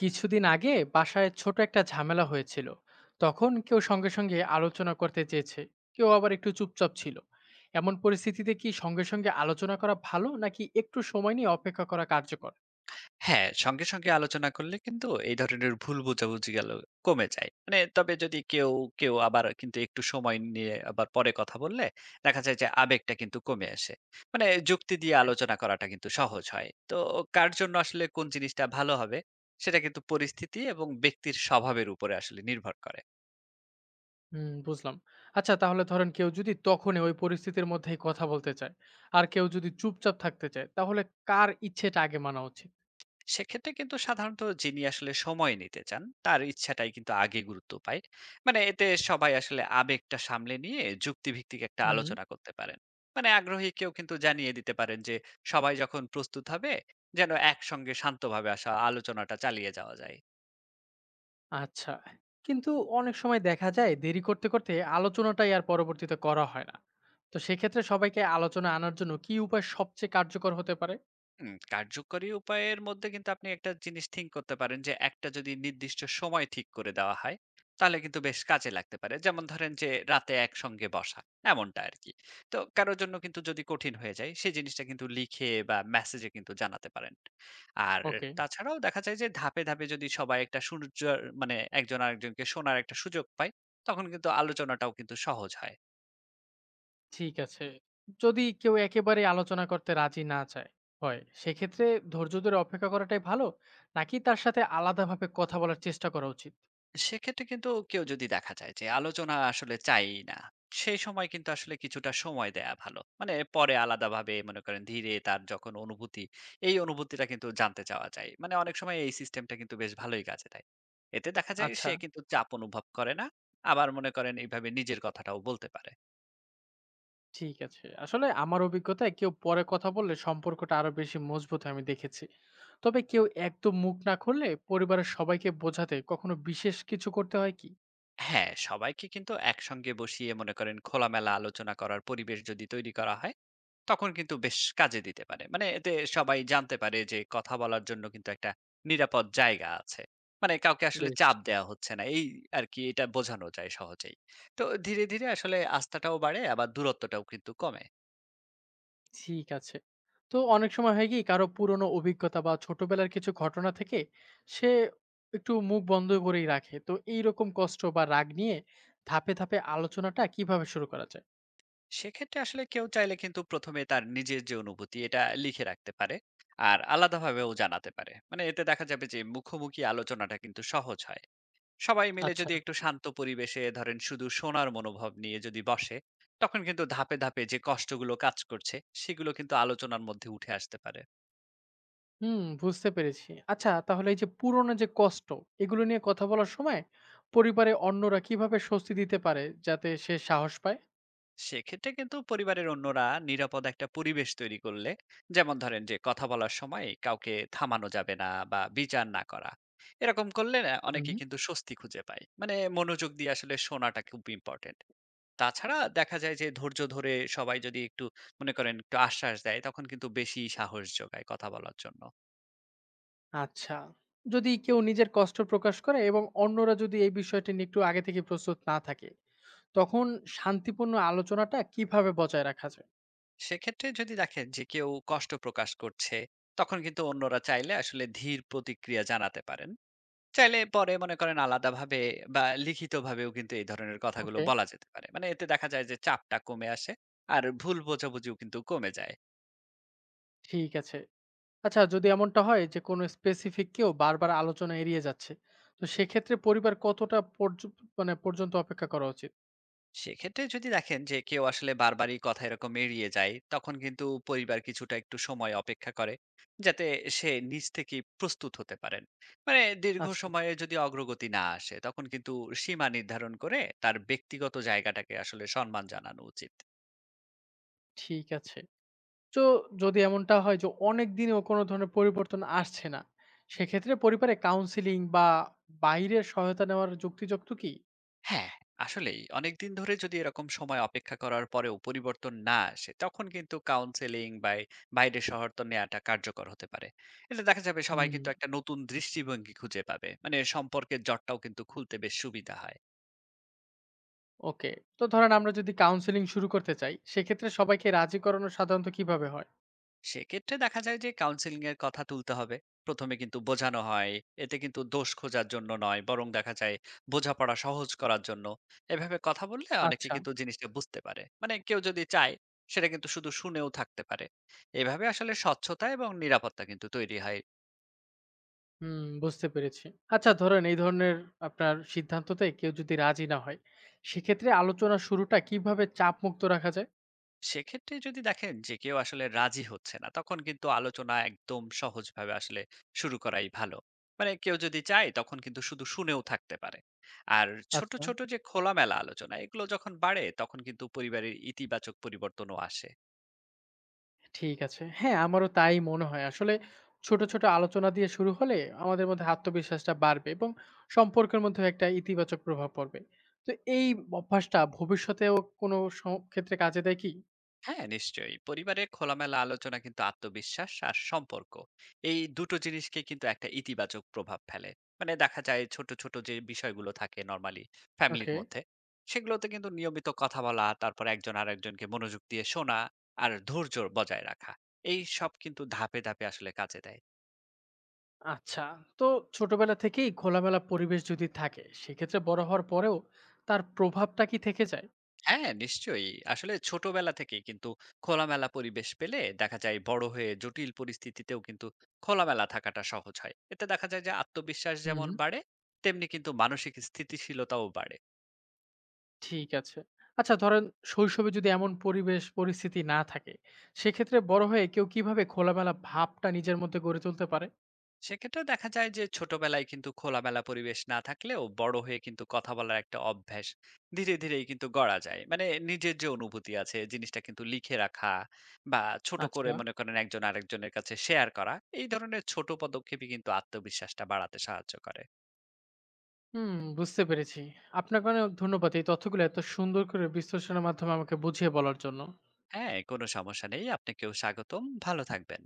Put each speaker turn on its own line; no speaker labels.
কিছুদিন আগে বাসায় ছোট একটা ঝামেলা হয়েছিল। তখন কেউ সঙ্গে সঙ্গে আলোচনা করতে চেয়েছে, কেউ আবার একটু চুপচাপ ছিল। এমন পরিস্থিতিতে কি সঙ্গে সঙ্গে আলোচনা করা ভালো, নাকি একটু সময় নিয়ে অপেক্ষা করা কার্যকর?
হ্যাঁ, সঙ্গে, সঙ্গে আলোচনা করলে কিন্তু এই ধরনের ভুল বোঝাবুঝি গেল কমে যায়। মানে তবে যদি কেউ আবার কিন্তু একটু সময় নিয়ে আবার পরে কথা বললে দেখা যায় যে আবেগটা কিন্তু কমে আসে। মানে যুক্তি দিয়ে
ওকে।
আলোচনা করাটা কিন্তু সহজ হয়। তো কার জন্য আসলে কোন জিনিসটা ভালো হবে সেটা কিন্তু পরিস্থিতি এবং ব্যক্তির স্বভাবের উপরে আসলে নির্ভর করে।
হুম, বুঝলাম। আচ্ছা, তাহলে ধরেন কেউ যদি তখনই ওই পরিস্থিতির মধ্যেই কথা বলতে চায়, আর কেউ যদি চুপচাপ থাকতে চায়, তাহলে কার ইচ্ছেটা আগে মানা উচিত?
সেক্ষেত্রে কিন্তু সাধারণত যিনি আসলে সময় নিতে চান তার ইচ্ছাটাই কিন্তু আগে গুরুত্ব পায়। মানে এতে সবাই আসলে আবেগটা সামলে নিয়ে যুক্তিভিত্তিক একটা
হুম।
আলোচনা করতে পারেন। মানে আগ্রহী কেউ কিন্তু জানিয়ে দিতে পারেন যে সবাই যখন প্রস্তুত হবে, যেন একসঙ্গে শান্তভাবে আসা আলোচনাটা চালিয়ে যাওয়া যায়।
আচ্ছা, কিন্তু অনেক সময় দেখা যায় দেরি করতে করতে আলোচনাটাই আর পরবর্তীতে করা হয় না। তো সেক্ষেত্রে সবাইকে আলোচনা আনার জন্য কি উপায় সবচেয়ে কার্যকর হতে পারে?
কার্যকরী উপায়ের মধ্যে কিন্তু আপনি একটা জিনিস থিঙ্ক করতে পারেন যে একটা যদি নির্দিষ্ট সময় ঠিক করে দেওয়া হয় তাহলে কিন্তু বেশ কাজে লাগতে পারে। যেমন ধরেন যে রাতে একসঙ্গে বসা, এমনটা আর কি। তো কারোর জন্য কিন্তু যদি কঠিন হয়ে যায় সেই জিনিসটা কিন্তু লিখে বা মেসেজে কিন্তু জানাতে পারেন। আর
ওকে।
তাছাড়াও দেখা যায় যে ধাপে ধাপে যদি সবাই একটা সূর্য, মানে একজন আরেকজনকে শোনার একটা সুযোগ পায়, তখন কিন্তু আলোচনাটাও কিন্তু সহজ হয়।
ঠিক আছে, যদি কেউ একেবারে আলোচনা করতে রাজি না চায় হয়, সেক্ষেত্রে ধৈর্য ধরে অপেক্ষা করাটাই ভালো, নাকি তার সাথে আলাদাভাবে কথা বলার চেষ্টা করা উচিত?
সেক্ষেত্রে কিন্তু কেউ যদি দেখা যায় যে আলোচনা আসলে চাই না, সেই সময় কিন্তু আসলে কিছুটা সময় দেয়া ভালো। মানে পরে আলাদাভাবে মনে করেন ধীরে তার যখন অনুভূতি, এই অনুভূতিটা কিন্তু জানতে চাওয়া যায়। মানে অনেক সময় এই সিস্টেমটা কিন্তু বেশ ভালোই কাজে দেয়। এতে দেখা যায়
আচ্ছা।
সে কিন্তু চাপ অনুভব করে না। আবার মনে করেন এইভাবে নিজের কথাটাও বলতে পারে।
ঠিক আছে। আসলে আমার অভিজ্ঞতায় কেউ পরে কথা বললে সম্পর্কটা আরো বেশি মজবুত হয় আমি দেখেছি। তবে কেউ একদম মুখ না খুললে পরিবারের সবাইকে বোঝাতে কখনো বিশেষ কিছু করতে হয় কি?
হ্যাঁ, সবাইকে কিন্তু একসঙ্গে বসিয়ে মনে করেন খোলামেলা আলোচনা করার পরিবেশ যদি তৈরি করা হয় তখন কিন্তু বেশ কাজে দিতে পারে। মানে এতে সবাই জানতে পারে যে কথা বলার জন্য কিন্তু একটা নিরাপদ জায়গা আছে। মানে কাউকে আসলে
বেশ।
চাপ দেওয়া হচ্ছে না, এই আরকি, এটা বোঝানো যায় সহজেই। তো ধীরে, ধীরে আসলে আস্থাটাও বাড়ে আবার দূরত্বটাও কিন্তু কমে।
ঠিক আছে। তো অনেক সময় হয় কি, কারো পুরনো অভিজ্ঞতা বা ছোটবেলার কিছু ঘটনা থেকে সে একটু মুখ বন্ধ করেই রাখে। তো এইরকম কষ্ট বা রাগ নিয়ে ধাপে, ধাপে আলোচনাটা কিভাবে শুরু করা যায়?
সেক্ষেত্রে আসলে কেউ চাইলে কিন্তু ১ম এ তার নিজের যে অনুভূতি এটা লিখে রাখতে পারে। আর আলাদাভাবেও জানাতে পারে। মানে এতে দেখা যাবে যে মুখোমুখি আলোচনাটা কিন্তু সহজ হয়। সবাই মিলে
আচ্ছা।
যদি একটু শান্ত পরিবেশে ধরেন শুধু শোনার মনোভাব নিয়ে যদি বসে, তখন কিন্তু ধাপে ধাপে যে কষ্টগুলো কাজ করছে সেগুলো কিন্তু আলোচনার মধ্যে উঠে আসতে পারে।
হুম, বুঝতে পেরেছি। আচ্ছা, তাহলে এই যে পুরোনো যে কষ্ট, এগুলো নিয়ে কথা বলার সময় পরিবারে অন্যরা কিভাবে স্বস্তি দিতে পারে যাতে সে সাহস পায়?
সেক্ষেত্রে কিন্তু পরিবারের অন্যরা নিরাপদ একটা পরিবেশ তৈরি করলে, যেমন ধরেন যে কথা বলার সময় কাউকে থামানো যাবে না বা বিচার না করা, এরকম করলে না অনেকে
হুম।
কিন্তু স্বস্তি খুঁজে পায়। মানে মনোযোগ দিয়ে আসলে শোনাটা খুব ইম্পর্টেন্ট। তাছাড়া দেখা যায় যে ধৈর্য ধরে সবাই যদি একটু মনে করেন একটু আশ্বাস দেয় তখন কিন্তু বেশি সাহস যোগায় কথা বলার জন্য।
আচ্ছা। যদি কেউ নিজের কষ্ট প্রকাশ করে এবং অন্যরা যদি এই বিষয়টি নিয়ে একটু আগে থেকে প্রস্তুত না থাকে, তখন শান্তিপূর্ণ আলোচনাটা কিভাবে বজায় রাখা যায়?
সেক্ষেত্রে যদি দেখেন যে কেউ কষ্ট প্রকাশ করছে তখন কিন্তু অন্যরা চাইলে আসলে ধীর প্রতিক্রিয়া জানাতে পারেন। চাইলে পরে মনে করেন আলাদাভাবে বা লিখিতভাবেও কিন্তু এই ধরনের কথাগুলো
ওকে।
বলা যেতে পারে। মানে এতে দেখা যায় যে চাপটা কমে আসে। আর ভুল বোঝাবুঝিও কিন্তু কমে যায়।
ঠিক আছে। আচ্ছা, যদি এমনটা হয় যে কোনো স্পেসিফিক কেউ বারবার আলোচনা এড়িয়ে যাচ্ছে, তো সেক্ষেত্রে পরিবার কতটা মানে পর্যন্ত অপেক্ষা করা উচিত?
সেক্ষেত্রে যদি দেখেন যে কেউ আসলে বারবারই কথা এরকম এড়িয়ে যায়, তখন কিন্তু পরিবার কিছুটা একটু সময় অপেক্ষা করে, যাতে সে নিজ থেকেই প্রস্তুত হতে পারেন। মানে দীর্ঘ
আচ্ছা।
সময়ে যদি অগ্রগতি না আসে, তখন কিন্তু সীমা নির্ধারণ করে তার ব্যক্তিগত জায়গাটাকে আসলে সম্মান জানানো উচিত।
ঠিক আছে। তো যদি এমনটা হয় যে অনেকদিনেও কোনো ধরনের পরিবর্তন আসছে না, সেক্ষেত্রে পরিবারে কাউন্সেলিং বা বাইরের সহায়তা নেওয়ার যুক্তিযুক্ত কি?
হ্যাঁ, আসলেই অনেকদিন ধরে যদি এরকম সময় অপেক্ষা করার পরেও পরিবর্তন না আসে, তখন কিন্তু কাউন্সেলিং বা এই বাইরের শহরতো নেয়াটা কার্যকর হতে পারে। এতে দেখা যাবে সবাই
হুম।
কিন্তু একটা নতুন দৃষ্টিভঙ্গি খুঁজে পাবে। মানে সম্পর্কের জটটাও কিন্তু খুলতে বেশ সুবিধা হয়।
ওকে। তো ধরেন আমরা যদি কাউন্সেলিং শুরু করতে চাই, সেক্ষেত্রে সবাইকে রাজি করানো সাধারণত কিভাবে হয়?
সেক্ষেত্রে দেখা যায় যে কাউন্সিলিং এর কথা তুলতে হবে। প্রথমে কিন্তু বোঝানো হয়। এতে কিন্তু দোষ খোঁজার জন্য নয়, বরং দেখা যায় বোঝাপড়া সহজ করার জন্য। এভাবে কথা বললে অনেকে
আচ্ছা।
কিন্তু জিনিসটা বুঝতে পারে। মানে কেউ যদি চায় সেটা কিন্তু শুধু শুনেও থাকতে পারে। এভাবে আসলে স্বচ্ছতা এবং নিরাপত্তা কিন্তু তৈরি হয়।
হুম, বুঝতে পেরেছি। আচ্ছা, ধরেন এই ধরনের আপনার সিদ্ধান্ততে কেউ যদি রাজি না হয়, সেক্ষেত্রে আলোচনা শুরুটা কিভাবে চাপমুক্ত রাখা যায়?
সেক্ষেত্রে যদি দেখেন যে কেউ আসলে রাজি হচ্ছে না তখন কিন্তু আলোচনা একদম সহজভাবে আসলে শুরু করাই ভালো। মানে কেউ যদি চায় তখন কিন্তু শুধু শুনেও থাকতে পারে। আর ছোট
আচ্ছা।
ছোট যে খোলামেলা আলোচনা এগুলো যখন বাড়ে তখন কিন্তু পরিবারের ইতিবাচক পরিবর্তনও আসে।
ঠিক আছে। হ্যাঁ, আমারও তাই মনে হয়। আসলে ছোট, ছোট আলোচনা দিয়ে শুরু হলে আমাদের মধ্যে আত্মবিশ্বাসটা বাড়বে এবং সম্পর্কের মধ্যেও একটা ইতিবাচক প্রভাব পড়বে। তো এই অভ্যাসটা ভবিষ্যতেও কোনো স ক্ষেত্রে কাজে দেয় কি?
হ্যাঁ, নিশ্চয়ই। পরিবারে খোলামেলা আলোচনা কিন্তু আত্মবিশ্বাস আর সম্পর্ক, এই দুটো জিনিসকে কিন্তু একটা ইতিবাচক প্রভাব ফেলে। মানে দেখা যায় ছোট, ছোট যে বিষয়গুলো থাকে নরমালি ফ্যামিলির
ওকে।
মধ্যে, সেগুলোতে কিন্তু নিয়মিত কথা বলা, তারপর একজন আরেকজনকে মনোযোগ দিয়ে শোনা আর ধৈর্য বজায় রাখা, এই সব কিন্তু ধাপে, ধাপে আসলে কাজে দেয়।
আচ্ছা। তো ছোটবেলা থেকেই খোলামেলা পরিবেশ যদি থাকে, সেক্ষেত্রে বড় হওয়ার পরেও তার প্রভাবটা কি থেকে যায়?
হ্যাঁ, নিশ্চয়ই। আসলে ছোটবেলা থেকেই কিন্তু খোলামেলা পরিবেশ পেলে দেখা যায় বড় হয়ে জটিল পরিস্থিতিতেও কিন্তু খোলামেলা থাকাটা সহজ হয়। এতে দেখা যায় যে আত্মবিশ্বাস
হুম,
যেমন বাড়ে, তেমনি কিন্তু মানসিক স্থিতিশীলতাও বাড়ে।
ঠিক আছে। আচ্ছা, ধরেন শৈশবে যদি এমন পরিবেশ পরিস্থিতি না থাকে, সেক্ষেত্রে বড় হয়ে কেউ কিভাবে খোলামেলা ভাবটা নিজের মধ্যে গড়ে তুলতে পারে?
সেক্ষেত্রে দেখা যায় যে ছোটবেলায় কিন্তু খোলামেলা পরিবেশ না থাকলেও বড় হয়ে কিন্তু কথা বলার একটা অভ্যাস ধীরে ধীরেই কিন্তু গড়া যায়। মানে নিজের যে অনুভূতি আছে জিনিসটা কিন্তু লিখে রাখা বা ছোট করে
আচ্ছা।
মনে করেন একজন আরেকজনের কাছে শেয়ার করা, এই ধরনের ছোট পদক্ষেপই কিন্তু আত্মবিশ্বাসটা বাড়াতে সাহায্য করে।
হুম, বুঝতে পেরেছি। আপনাকে অনেক ধন্যবাদ এই তথ্যগুলো এত সুন্দর করে বিশ্লেষণের মাধ্যমে আমাকে বুঝিয়ে বলার জন্য।
হ্যাঁ কোনো সমস্যা নেই, আপনাকেও স্বাগতম, ভালো থাকবেন।